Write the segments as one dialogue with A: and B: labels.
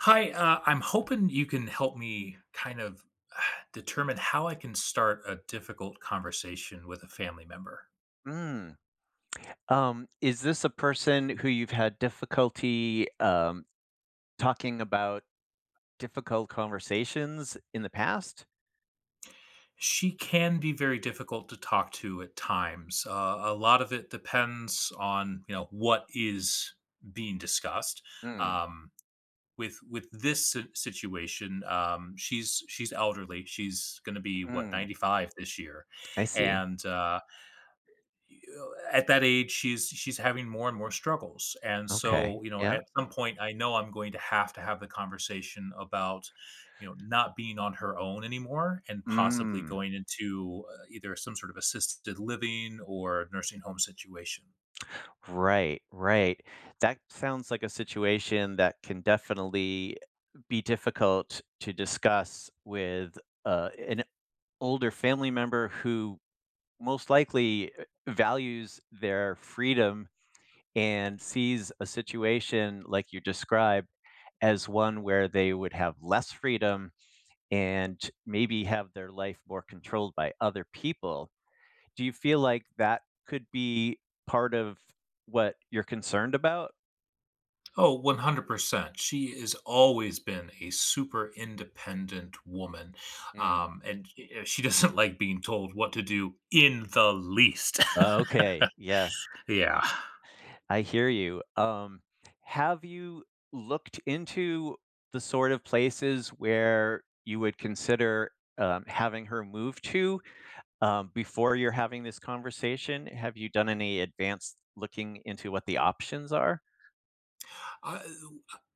A: Hi, I'm hoping you can help me kind of uh, determine how I can start a difficult conversation with a family member.
B: Mm. Is this a person who you've had difficulty talking about difficult conversations in the past?
A: She can be very difficult to talk to at times. A lot of it depends on you know what is being discussed.
B: Mm.
A: Um, with this situation, she's elderly. She's going to be what
B: Mm,
A: 95 this year,
B: I see.
A: and at that age she's having more and more struggles, and
B: Okay.
A: so you know
B: Yeah.
A: at some point I know I'm going to have the conversation about you know not being on her own anymore, and possibly
B: Mm.
A: going into either some sort of assisted living or nursing home situation.
B: Right, right. That sounds like a situation that can definitely be difficult to discuss with an older family member who, most likely, values their freedom and sees a situation like you described as one where they would have less freedom and maybe have their life more controlled by other people. Do you feel like that could be part of what you're concerned about?
A: Oh, 100% she has always been a super independent woman.
B: Mm.
A: And She doesn't like being told what to do in the least.
B: Okay. Yes,
A: Yeah.
B: I hear you. Have you looked into the sort of places where you would consider having her move to? Um, before you're having this conversation, have you done any advanced looking into what the options are?
A: Uh,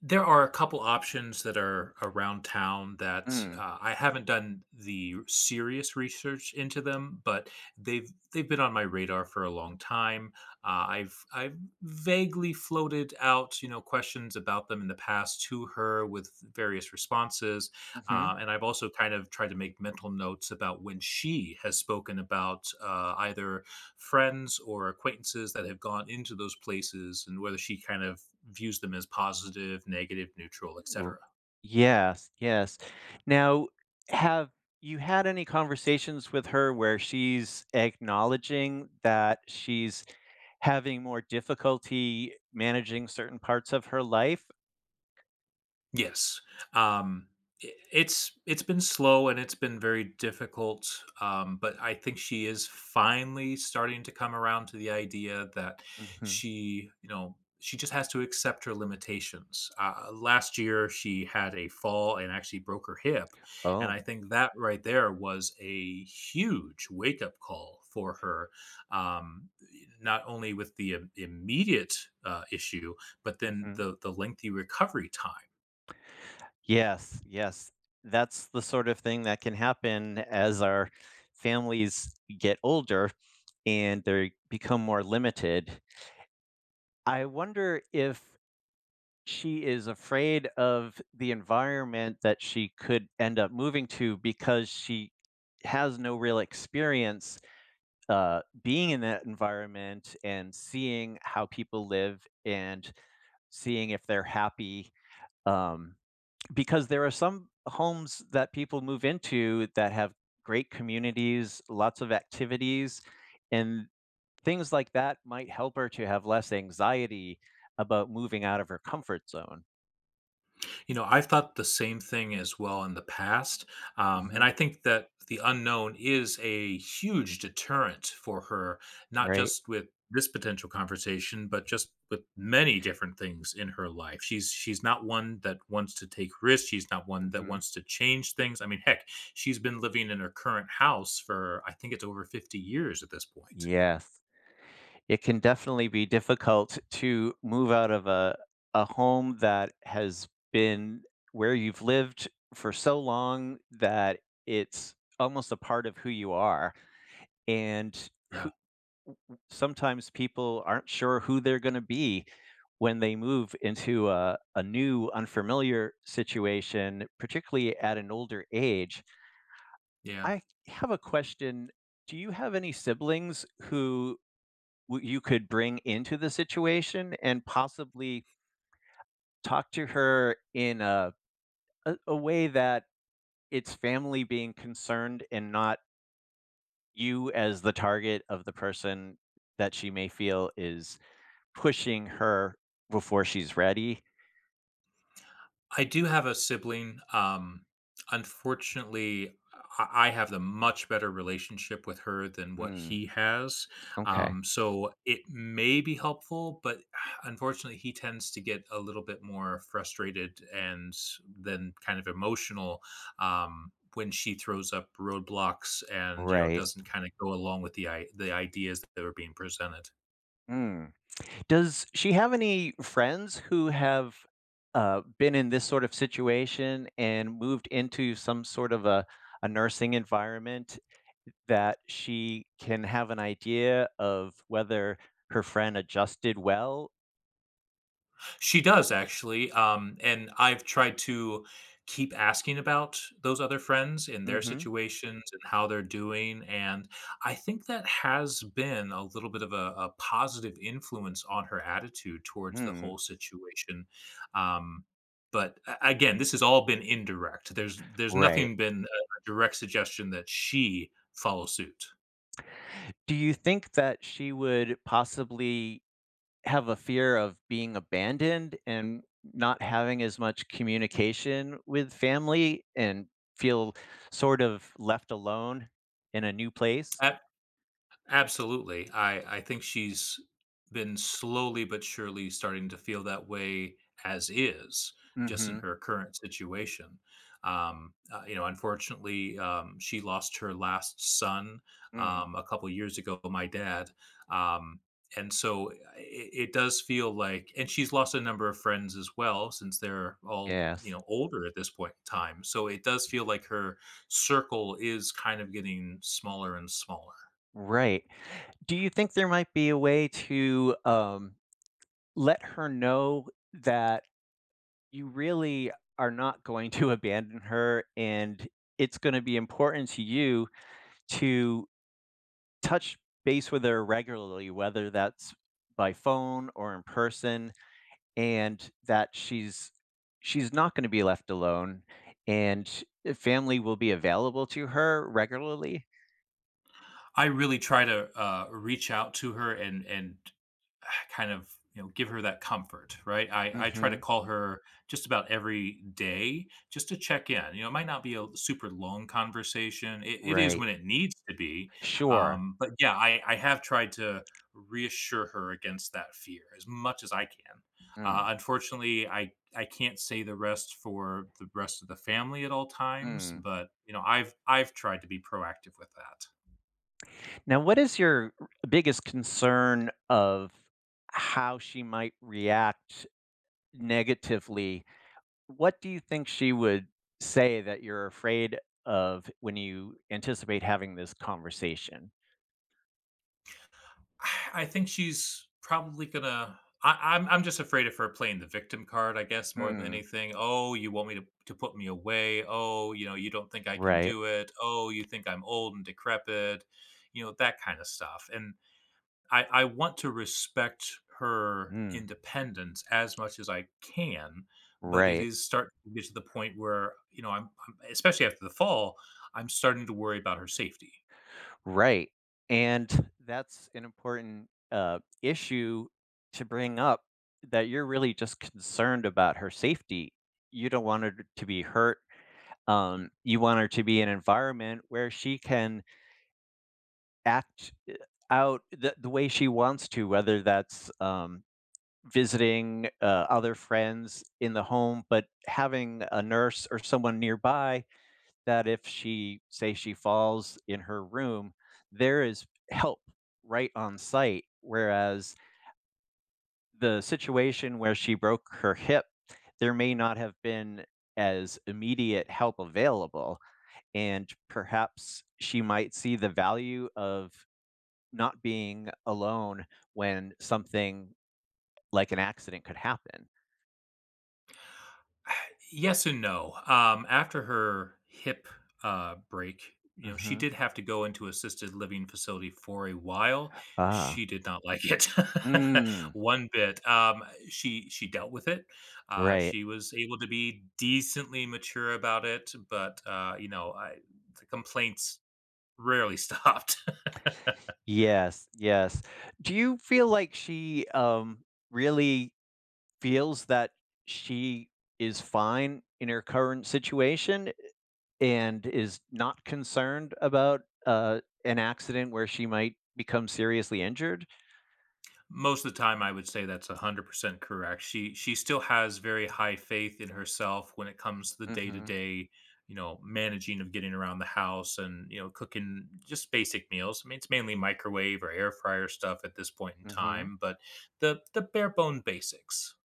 A: there are a couple options that are around town that
B: Mm.
A: I haven't done the serious research into them, but they've been on my radar for a long time. I've vaguely floated out you know questions about them in the past to her with various responses,
B: Mhm.
A: and I've also kind of tried to make mental notes about when she has spoken about either friends or acquaintances that have gone into those places, and whether she kind of views them as positive, negative, neutral,
B: R-
A: etc.
B: Yes, yes. Now, have you had any conversations with her where she's acknowledging that she's having more difficulty managing certain parts of her life?
A: Yes. Um, I it's been slow and it's been very difficult, but I think she is finally starting to come around to the idea that
B: Hmm.
A: she, you know, she just has to accept her limitations. Last year, she had a fall and actually broke her hip, and
B: Oh.
A: I think that right there was a huge wake up call for her. Um, not only with the immediate issue, but then the lengthy recovery time.
B: Yes, yes. That's the sort of thing that can happen as our families get older and they become more limited. I wonder if she is afraid of the environment that she could end up moving to, because she has no real experience being in that environment and seeing how people live and seeing if they're happy. Um, because there are some homes that people move into that have great communities, lots of activities, and things like that might help her to have less anxiety about moving out of her comfort zone,
A: You know, I've thought the same thing as well in the past, and
B: hmm
A: I think that the unknown is a huge deterrent for her, not
B: right?
A: just with this potential conversation, but just with many different things in her life. She's not one that wants to take risks. She's not one that
B: Hmm.
A: wants to change things. I mean, heck, she's been living in her current house for, I think, it's over 50 years at this point.
B: Yes. It can definitely be difficult to move out of a home that has been where you've lived for so long that it's almost a part of who you are, and
A: Yeah.
B: who, sometimes people aren't sure who they're going to be when they move into a new, unfamiliar situation, particularly at an older age.
A: Yeah.
B: I have a question. Do you have any siblings who you could bring into the situation and possibly talk to her in a way that it's family being concerned and not you as the target of the person that she may feel is pushing her before she's ready.
A: I do have a sibling. Unfortunately, I have a much better relationship with her than what
B: Mm,
A: he has.
B: okay.
A: So it may be helpful, but unfortunately, he tends to get a little bit more frustrated and then kind of emotional when she throws up roadblocks and you know
B: Right.
A: doesn't kind of go along with the the ideas that are being presented.
B: Mm. Does she have any friends who have been in this sort of situation and moved into some sort of a nursing environment, that she can have an idea of whether her friend adjusted well?
A: She does, actually, and I've tried to keep asking about those other friends and their
B: Mhm.
A: situations and how they're doing, and I think that has been a little bit of a positive influence on her attitude towards the
B: Mm.
A: whole situation, um, but a again, this has all been indirect. There's
B: Right.
A: nothing been a direct suggestion that she follow suit.
B: Do you think that she would possibly have a fear of being abandoned and not having as much communication with family, and feel sort of left alone in a new place.
A: Absolutely. I think she's been slowly but surely starting to feel that way as is, just in
B: Mhm.
A: her current situation. You know, unfortunately, she lost her last son
B: Mm,
A: a couple years ago, my dad. Um, and so it, it does feel like, and she's lost a number of friends as well, since they're all, you
B: yes.
A: know, older at this point in time. So it does feel like her circle is kind of getting smaller and smaller.
B: Right. Do you think there might be a way to, let her know that you really are not going to abandon her, and it's gonna be important to you to touch base with her regularly, whether that's by phone or in person, and that she's not going to be left alone, and family will be available to her regularly.
A: I really try to reach out to her and ah, kind of you know give her that comfort, right? I try to
B: Hmm.
A: call her just about every day just to check in. You know, it might not be a super long conversation. It is
B: Right.
A: when it needs to be,
B: Sure.
A: but yeah, I have tried to reassure her against that fear as much as I can.
B: Mm,
A: Unfortunately, I can't say the rest for the rest of the family at all times,
B: mm.
A: but you know, I've tried to be proactive with that.
B: Now, what is your biggest concern of how she might react negatively? What do you think she would say that you're afraid of when you anticipate having this conversation?
A: I think she's probably gonna. I'm just afraid of her playing the victim card, I guess, more than
B: Mm,
A: anything. Oh, you want me to put me away? Oh, you know, you don't think I can
B: right.
A: do it? Oh, you think I'm old and decrepit? You know, that kind of stuff. And I want to respect her
B: Mm,
A: independence as much as I can, but it
B: right.
A: is starting to get to the point where you know I'm especially after the fall, I'm starting to worry about her safety.
B: Right. And that's an important issue to bring up, that you're really just concerned about her safety. You don't want her to be hurt. You want her to be in an environment where she can act out the way she wants to, whether that's visiting other friends in the home, but having a nurse or someone nearby that if she say she falls in her room, there is help right on site, whereas the situation where she broke her hip, there may not have been as immediate help available, and perhaps she might see the value of not being alone when something like an accident could happen.
A: Yes and no. After her hip break, you know, she
B: Mhm.
A: did have to go into assisted living facility for a while.
B: Ah.
A: She did not like it
B: Mm,
A: one bit. She dealt with it.
B: right.
A: She was able to be decently mature about it, but you know, I, the complaints rarely stopped.
B: Yes, yes. Do you feel like she, really feels that she is fine in her current situation and is not concerned about an accident where she might become seriously injured?
A: Most of the time, I would say that's 100% correct. She still has very high faith in herself when it comes to the
B: Mhm,
A: day-to-day, you know, managing of getting around the house and, you know, cooking just basic meals. I mean, it's mainly microwave or air fryer stuff at this point in
B: mhm.
A: time, but the bare bone basics.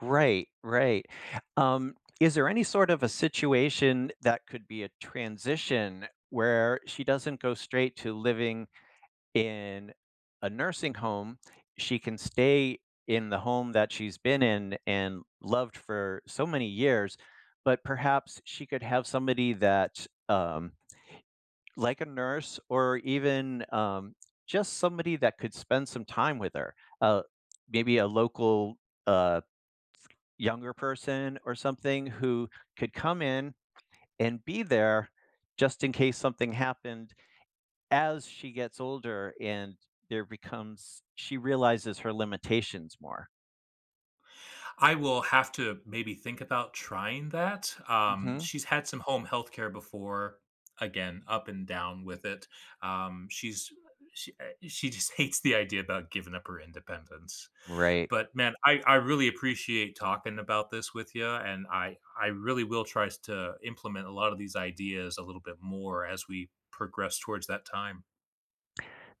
B: Right, right. Um, is there any sort of a situation that could be a transition where she doesn't go straight to living in a nursing home? She can stay in the home that she's been in and loved for so many years, but perhaps she could have somebody that, like a nurse, or even just somebody that could spend some time with her. Uh, Maybe a local uh, younger person or something who could come in and be there just in case something happened as she gets older and there becomes she realizes her limitations more.
A: I will have to maybe think about trying that.
B: Mhm.
A: She's had some home health care before. Again, up and down with it. Um, she's she just hates the idea about giving up her independence.
B: Right.
A: But man, I really appreciate talking about this with you, and I really will try to implement a lot of these ideas a little bit more as we progress towards that time.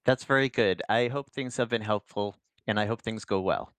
B: That's very good. I hope things have been helpful, and I hope things go well.